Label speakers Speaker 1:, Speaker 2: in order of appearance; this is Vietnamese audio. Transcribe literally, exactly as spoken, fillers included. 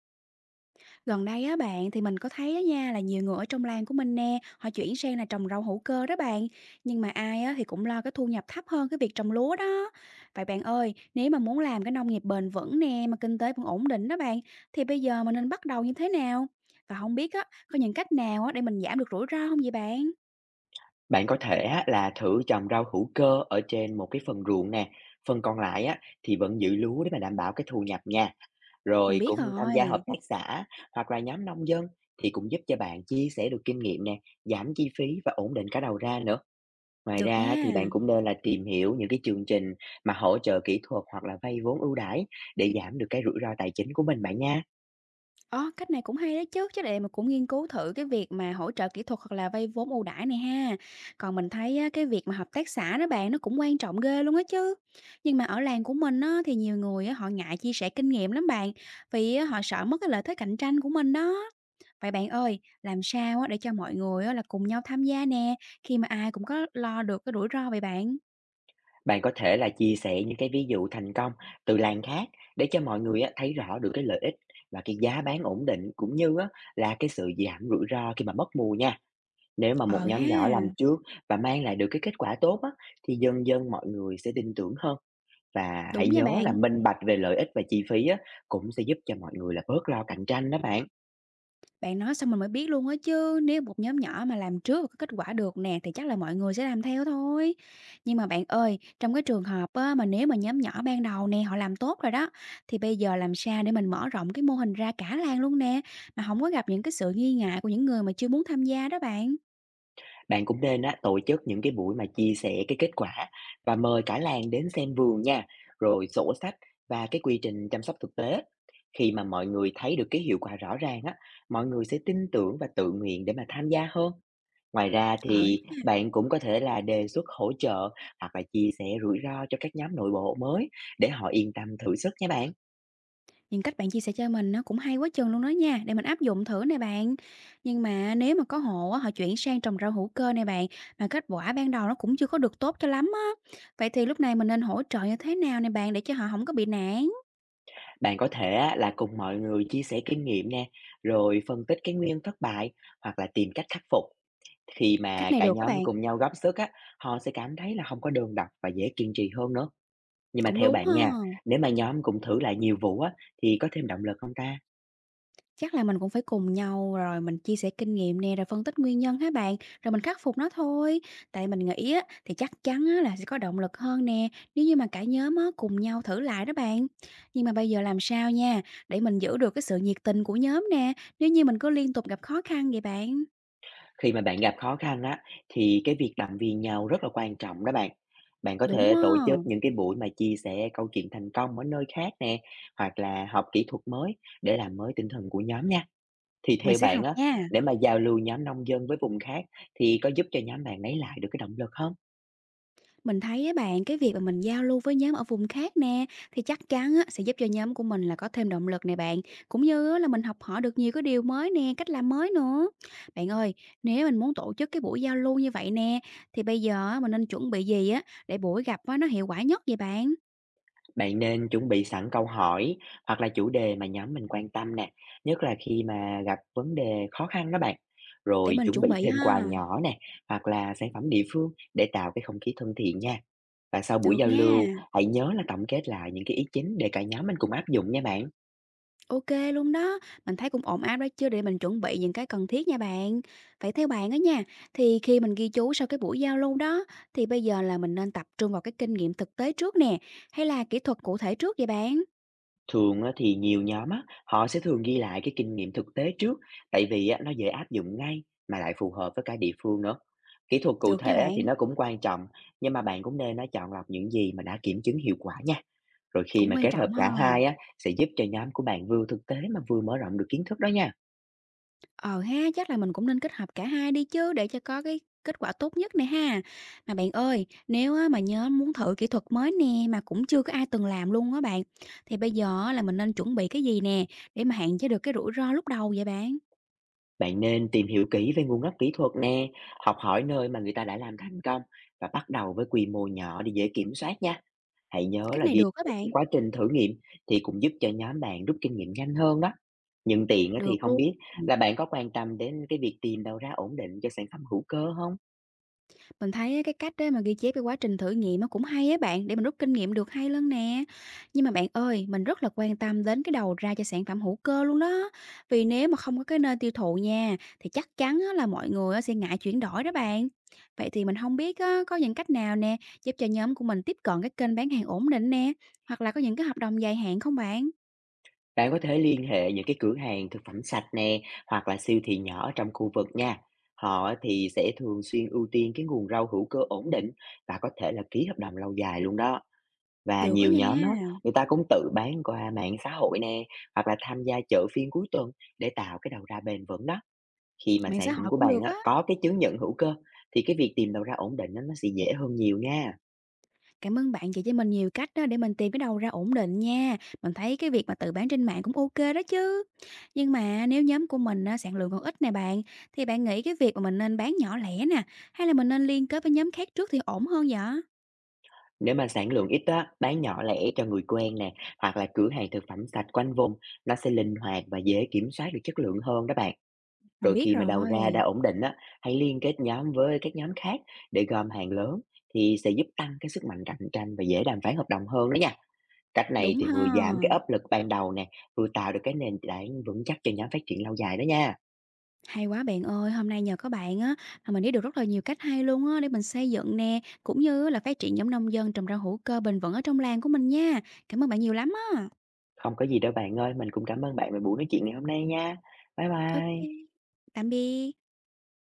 Speaker 1: Gần đây á bạn thì mình có thấy á nha là nhiều người ở trong làng của mình nè, họ chuyển sang là trồng rau hữu cơ đó bạn. Nhưng mà ai á thì cũng lo cái thu nhập thấp hơn cái việc trồng lúa đó. Vậy bạn ơi, nếu mà muốn làm cái nông nghiệp bền vững nè mà kinh tế vẫn ổn định đó bạn thì bây giờ mình nên bắt đầu như thế nào? Và không biết á có những cách nào á để mình giảm được rủi ro không vậy bạn?
Speaker 2: Bạn có thể á, là thử trồng rau hữu cơ ở trên một cái phần ruộng nè, phần còn lại á, thì vẫn giữ lúa để mà đảm bảo cái thu nhập nha.
Speaker 1: Mình
Speaker 2: Rồi
Speaker 1: biết
Speaker 2: cũng tham gia hợp
Speaker 1: rồi.
Speaker 2: tác xã hoặc là nhóm nông dân thì cũng giúp cho bạn chia sẻ được kinh nghiệm nè, giảm chi phí và ổn định cả đầu ra nữa. Ngoài
Speaker 1: Được
Speaker 2: ra á, thì
Speaker 1: nha.
Speaker 2: bạn cũng nên là tìm hiểu những cái chương trình mà hỗ trợ kỹ thuật hoặc là vay vốn ưu đãi để giảm được cái rủi ro tài chính của mình bạn nha.
Speaker 1: Ờ, cách này cũng hay đấy chứ, chứ để mà cũng nghiên cứu thử cái việc mà hỗ trợ kỹ thuật hoặc là vay vốn ưu đãi này ha. Còn mình thấy á, cái việc mà hợp tác xã đó bạn nó cũng quan trọng ghê luôn á chứ. Nhưng mà ở làng của mình á, thì nhiều người á, họ ngại chia sẻ kinh nghiệm lắm bạn, vì á, họ sợ mất cái lợi thế cạnh tranh của mình đó. Vậy bạn ơi, làm sao á, để cho mọi người á, là cùng nhau tham gia nè, khi mà ai cũng có lo được cái rủi ro vậy bạn?
Speaker 2: Bạn có thể là chia sẻ những cái ví dụ thành công từ làng khác để cho mọi người á, thấy rõ được cái lợi ích và cái giá bán ổn định cũng như á, là cái sự giảm rủi ro khi mà mất mùa nha. Nếu mà một
Speaker 1: Ờ
Speaker 2: nhóm nhỏ làm
Speaker 1: ha,
Speaker 2: trước và mang lại được cái kết quả tốt á, thì dần dần mọi người sẽ tin tưởng hơn. Và
Speaker 1: đúng
Speaker 2: hãy
Speaker 1: nha
Speaker 2: nhớ là
Speaker 1: bạn.
Speaker 2: minh bạch về lợi ích và chi phí á, cũng sẽ giúp cho mọi người là bớt lo cạnh tranh đó bạn.
Speaker 1: Bạn nói xong mình mới biết luôn á chứ, nếu một nhóm nhỏ mà làm trước và có kết quả được nè thì chắc là mọi người sẽ làm theo thôi. Nhưng mà bạn ơi, trong cái trường hợp á, mà nếu mà nhóm nhỏ ban đầu nè họ làm tốt rồi đó, thì bây giờ làm sao để mình mở rộng cái mô hình ra cả làng luôn nè, mà không có gặp những cái sự nghi ngại của những người mà chưa muốn tham gia đó bạn?
Speaker 2: Bạn cũng nên á, tổ chức những cái buổi mà chia sẻ cái kết quả và mời cả làng đến xem vườn nha, rồi sổ sách và cái quy trình chăm sóc thực tế. Khi mà mọi người thấy được cái hiệu quả rõ ràng á, mọi người sẽ tin tưởng và tự nguyện để mà tham gia hơn. Ngoài ra
Speaker 1: Ờ.
Speaker 2: thì bạn cũng có thể là đề xuất hỗ trợ hoặc là chia sẻ rủi ro cho các nhóm nội bộ mới để họ yên tâm thử sức nha bạn.
Speaker 1: Những cách bạn chia sẻ cho mình nó cũng hay quá chừng luôn đó nha, để mình áp dụng thử nè bạn. Nhưng mà nếu mà có hộ á, họ chuyển sang trồng rau hữu cơ nè bạn, mà kết quả ban đầu nó cũng chưa có được tốt cho lắm á. Vậy thì lúc này mình nên hỗ trợ như thế nào nè bạn để cho họ không có bị nản?
Speaker 2: Bạn có thể á, là cùng mọi người chia sẻ kinh nghiệm nè, rồi phân tích cái nguyên thất bại hoặc là tìm cách khắc phục. Khi
Speaker 1: Cách
Speaker 2: mà
Speaker 1: này
Speaker 2: cả
Speaker 1: được các
Speaker 2: nhóm
Speaker 1: bạn,
Speaker 2: cùng nhau góp sức á, họ sẽ cảm thấy là không có đơn độc và dễ kiên trì hơn nữa. Nhưng mà
Speaker 1: cũng
Speaker 2: theo
Speaker 1: đúng ha.
Speaker 2: bạn nha, nếu mà nhóm cùng thử lại nhiều vụ á, thì có thêm động lực không ta?
Speaker 1: Chắc là mình cũng phải cùng nhau rồi mình chia sẻ kinh nghiệm nè, rồi phân tích nguyên nhân hả bạn? Rồi mình khắc phục nó thôi. Tại mình nghĩ á, thì chắc chắn á, là sẽ có động lực hơn nè, nếu như mà cả nhóm á, cùng nhau thử lại đó bạn. Nhưng mà bây giờ làm sao nha, để mình giữ được cái sự nhiệt tình của nhóm nè, nếu như mình cứ liên tục gặp khó khăn vậy bạn.
Speaker 2: Khi mà bạn gặp khó khăn á, thì cái việc động viên nhau rất là quan trọng đó bạn. Bạn có
Speaker 1: Đúng
Speaker 2: thể tổ chức
Speaker 1: không?
Speaker 2: những cái buổi mà chia sẻ câu chuyện thành công ở nơi khác nè, hoặc là học kỹ thuật mới để làm mới tinh thần của nhóm nha. Thì
Speaker 1: Mình
Speaker 2: theo
Speaker 1: sẽ
Speaker 2: bạn
Speaker 1: học
Speaker 2: á,
Speaker 1: nha.
Speaker 2: để mà giao lưu nhóm nông dân với vùng khác thì có giúp cho nhóm bạn lấy lại được cái động lực không?
Speaker 1: Mình thấy á bạn, cái việc mà mình giao lưu với nhóm ở vùng khác nè, thì chắc chắn á, sẽ giúp cho nhóm của mình là có thêm động lực nè bạn. Cũng như á, là mình học hỏi được nhiều cái điều mới nè, cách làm mới nữa. Bạn ơi, nếu mình muốn tổ chức cái buổi giao lưu như vậy nè, thì bây giờ á, mình nên chuẩn bị gì á, để buổi gặp á, nó hiệu quả nhất vậy bạn?
Speaker 2: Bạn nên chuẩn bị sẵn câu hỏi hoặc là chủ đề mà nhóm mình quan tâm nè, nhất là khi mà gặp vấn đề khó khăn đó bạn.
Speaker 1: Để
Speaker 2: Rồi
Speaker 1: mình
Speaker 2: chuẩn
Speaker 1: chuẩn
Speaker 2: bị
Speaker 1: bị
Speaker 2: thêm quà
Speaker 1: ha.
Speaker 2: nhỏ nè, hoặc là sản phẩm địa phương để tạo cái không khí thân thiện nha. Và sau buổi
Speaker 1: Được
Speaker 2: giao
Speaker 1: nha.
Speaker 2: lưu, hãy nhớ là tổng kết lại những cái ý chính để cả nhóm mình cùng áp dụng nha bạn.
Speaker 1: OK luôn đó, mình thấy cũng ổn áp đó chứ để mình chuẩn bị những cái cần thiết nha bạn. Vậy theo bạn á nha, thì khi mình ghi chú sau cái buổi giao lưu đó, thì bây giờ là mình nên tập trung vào cái kinh nghiệm thực tế trước nè, hay là kỹ thuật cụ thể trước vậy bạn?
Speaker 2: Thường á thì nhiều nhóm á, họ sẽ thường ghi lại cái kinh nghiệm thực tế trước, tại vì á nó dễ áp dụng ngay mà lại phù hợp với cả địa phương nữa. Kỹ thuật cụ
Speaker 1: Được nha
Speaker 2: thể á
Speaker 1: bạn,
Speaker 2: thì nó cũng quan trọng, nhưng mà bạn cũng nên á chọn lọc những gì mà đã kiểm chứng hiệu quả nha. Rồi khi
Speaker 1: cũng
Speaker 2: mà
Speaker 1: quan
Speaker 2: kết hợp
Speaker 1: trọng ha.
Speaker 2: cả hai á sẽ giúp cho nhóm của bạn vừa thực tế mà vừa mở rộng được kiến thức đó nha.
Speaker 1: Ờ ha, chắc là mình cũng nên kết hợp cả hai đi chứ để cho có cái kết quả tốt nhất nè ha. Mà bạn ơi, nếu á mà nhớ muốn thử kỹ thuật mới nè mà cũng chưa có ai từng làm luôn á bạn, thì bây giờ á là mình nên chuẩn bị cái gì nè để mà hạn chế được cái rủi ro lúc đầu vậy bạn?
Speaker 2: Bạn nên tìm hiểu kỹ về nguồn gốc kỹ thuật nè, học hỏi nơi mà người ta đã làm thành công và bắt đầu với quy mô nhỏ để dễ kiểm soát nha. Hãy nhớ
Speaker 1: Cách
Speaker 2: là
Speaker 1: này
Speaker 2: ghi
Speaker 1: được á
Speaker 2: chép
Speaker 1: bạn,
Speaker 2: cái quá trình thử nghiệm thì cũng giúp cho nhóm bạn rút kinh nghiệm nhanh hơn đó. Nhưng tiện á thì
Speaker 1: được
Speaker 2: không
Speaker 1: luôn.
Speaker 2: biết
Speaker 1: Ừm,
Speaker 2: là bạn có quan tâm đến cái việc tìm đầu ra ổn định cho sản phẩm hữu cơ không?
Speaker 1: mình thấy á cái cách á mà ghi chép cái quá trình thử nghiệm nó cũng hay á bạn, để mình rút kinh nghiệm được hay hơn nè. Nhưng mà bạn ơi, mình rất là quan tâm đến cái đầu ra cho sản phẩm hữu cơ luôn đó. Vì nếu mà không có cái nơi tiêu thụ nha, thì chắc chắn á là mọi người á sẽ ngại chuyển đổi đó bạn. Vậy thì mình không biết á có những cách nào nè, giúp cho nhóm của mình tiếp cận cái kênh bán hàng ổn định nè, hoặc là có những cái hợp đồng dài hạn không bạn?
Speaker 2: Bạn có thể liên hệ những cái cửa hàng thực phẩm sạch nè hoặc là siêu thị nhỏ ở trong khu vực nha. Họ thì sẽ thường xuyên ưu tiên cái nguồn rau hữu cơ ổn định và có thể là ký hợp đồng lâu dài luôn đó. Và
Speaker 1: Được đó
Speaker 2: nhiều nhóm
Speaker 1: nha,
Speaker 2: á, người ta cũng tự bán qua mạng xã hội nè hoặc là tham gia chợ phiên cuối tuần để tạo cái đầu ra bền vững đó. Khi mà
Speaker 1: mạng xã
Speaker 2: sản phẩm
Speaker 1: hội
Speaker 2: của
Speaker 1: cũng
Speaker 2: bạn
Speaker 1: được
Speaker 2: á,
Speaker 1: á.
Speaker 2: có cái chứng nhận hữu cơ thì cái việc tìm đầu ra ổn định á, nó sẽ dễ hơn nhiều nha.
Speaker 1: Cảm ơn bạn chỉ cho mình nhiều cách đó để mình tìm cái đầu ra ổn định nha. Mình thấy cái việc mà tự bán trên mạng cũng ô kê đó chứ. Nhưng mà nếu nhóm của mình á, sản lượng còn ít nè bạn, thì bạn nghĩ cái việc mà mình nên bán nhỏ lẻ nè, hay là mình nên liên kết với nhóm khác trước thì ổn hơn vậy?
Speaker 2: Nếu mà sản lượng ít á, bán nhỏ lẻ cho người quen nè, hoặc là cửa hàng thực phẩm sạch quanh vùng, nó sẽ linh hoạt và dễ kiểm soát được chất lượng hơn đó bạn.
Speaker 1: Mình
Speaker 2: Rồi
Speaker 1: biết
Speaker 2: khi mà đầu ra đã
Speaker 1: rồi.
Speaker 2: ổn định á, hãy liên kết nhóm với các nhóm khác để gom hàng lớn thì sẽ giúp tăng cái sức mạnh cạnh tranh và dễ đàm phán hợp đồng hơn đó nha. Cách này
Speaker 1: Đúng
Speaker 2: thì vừa
Speaker 1: ha.
Speaker 2: giảm cái áp lực ban đầu nè, vừa tạo được cái nền tảng vững chắc cho nhóm phát triển lâu dài đó nha.
Speaker 1: Hay quá bạn ơi, hôm nay nhờ có bạn á mà mình biết được rất là nhiều cách hay luôn á để mình xây dựng nè, cũng như là phát triển nhóm nông dân trồng rau hữu cơ bền vững ở trong làng của mình nha. Cảm ơn bạn nhiều lắm á.
Speaker 2: Không có gì đâu bạn ơi, mình cũng cảm ơn bạn về buổi nói chuyện ngày hôm nay nha. Bye bye.
Speaker 1: ô kê, tạm biệt.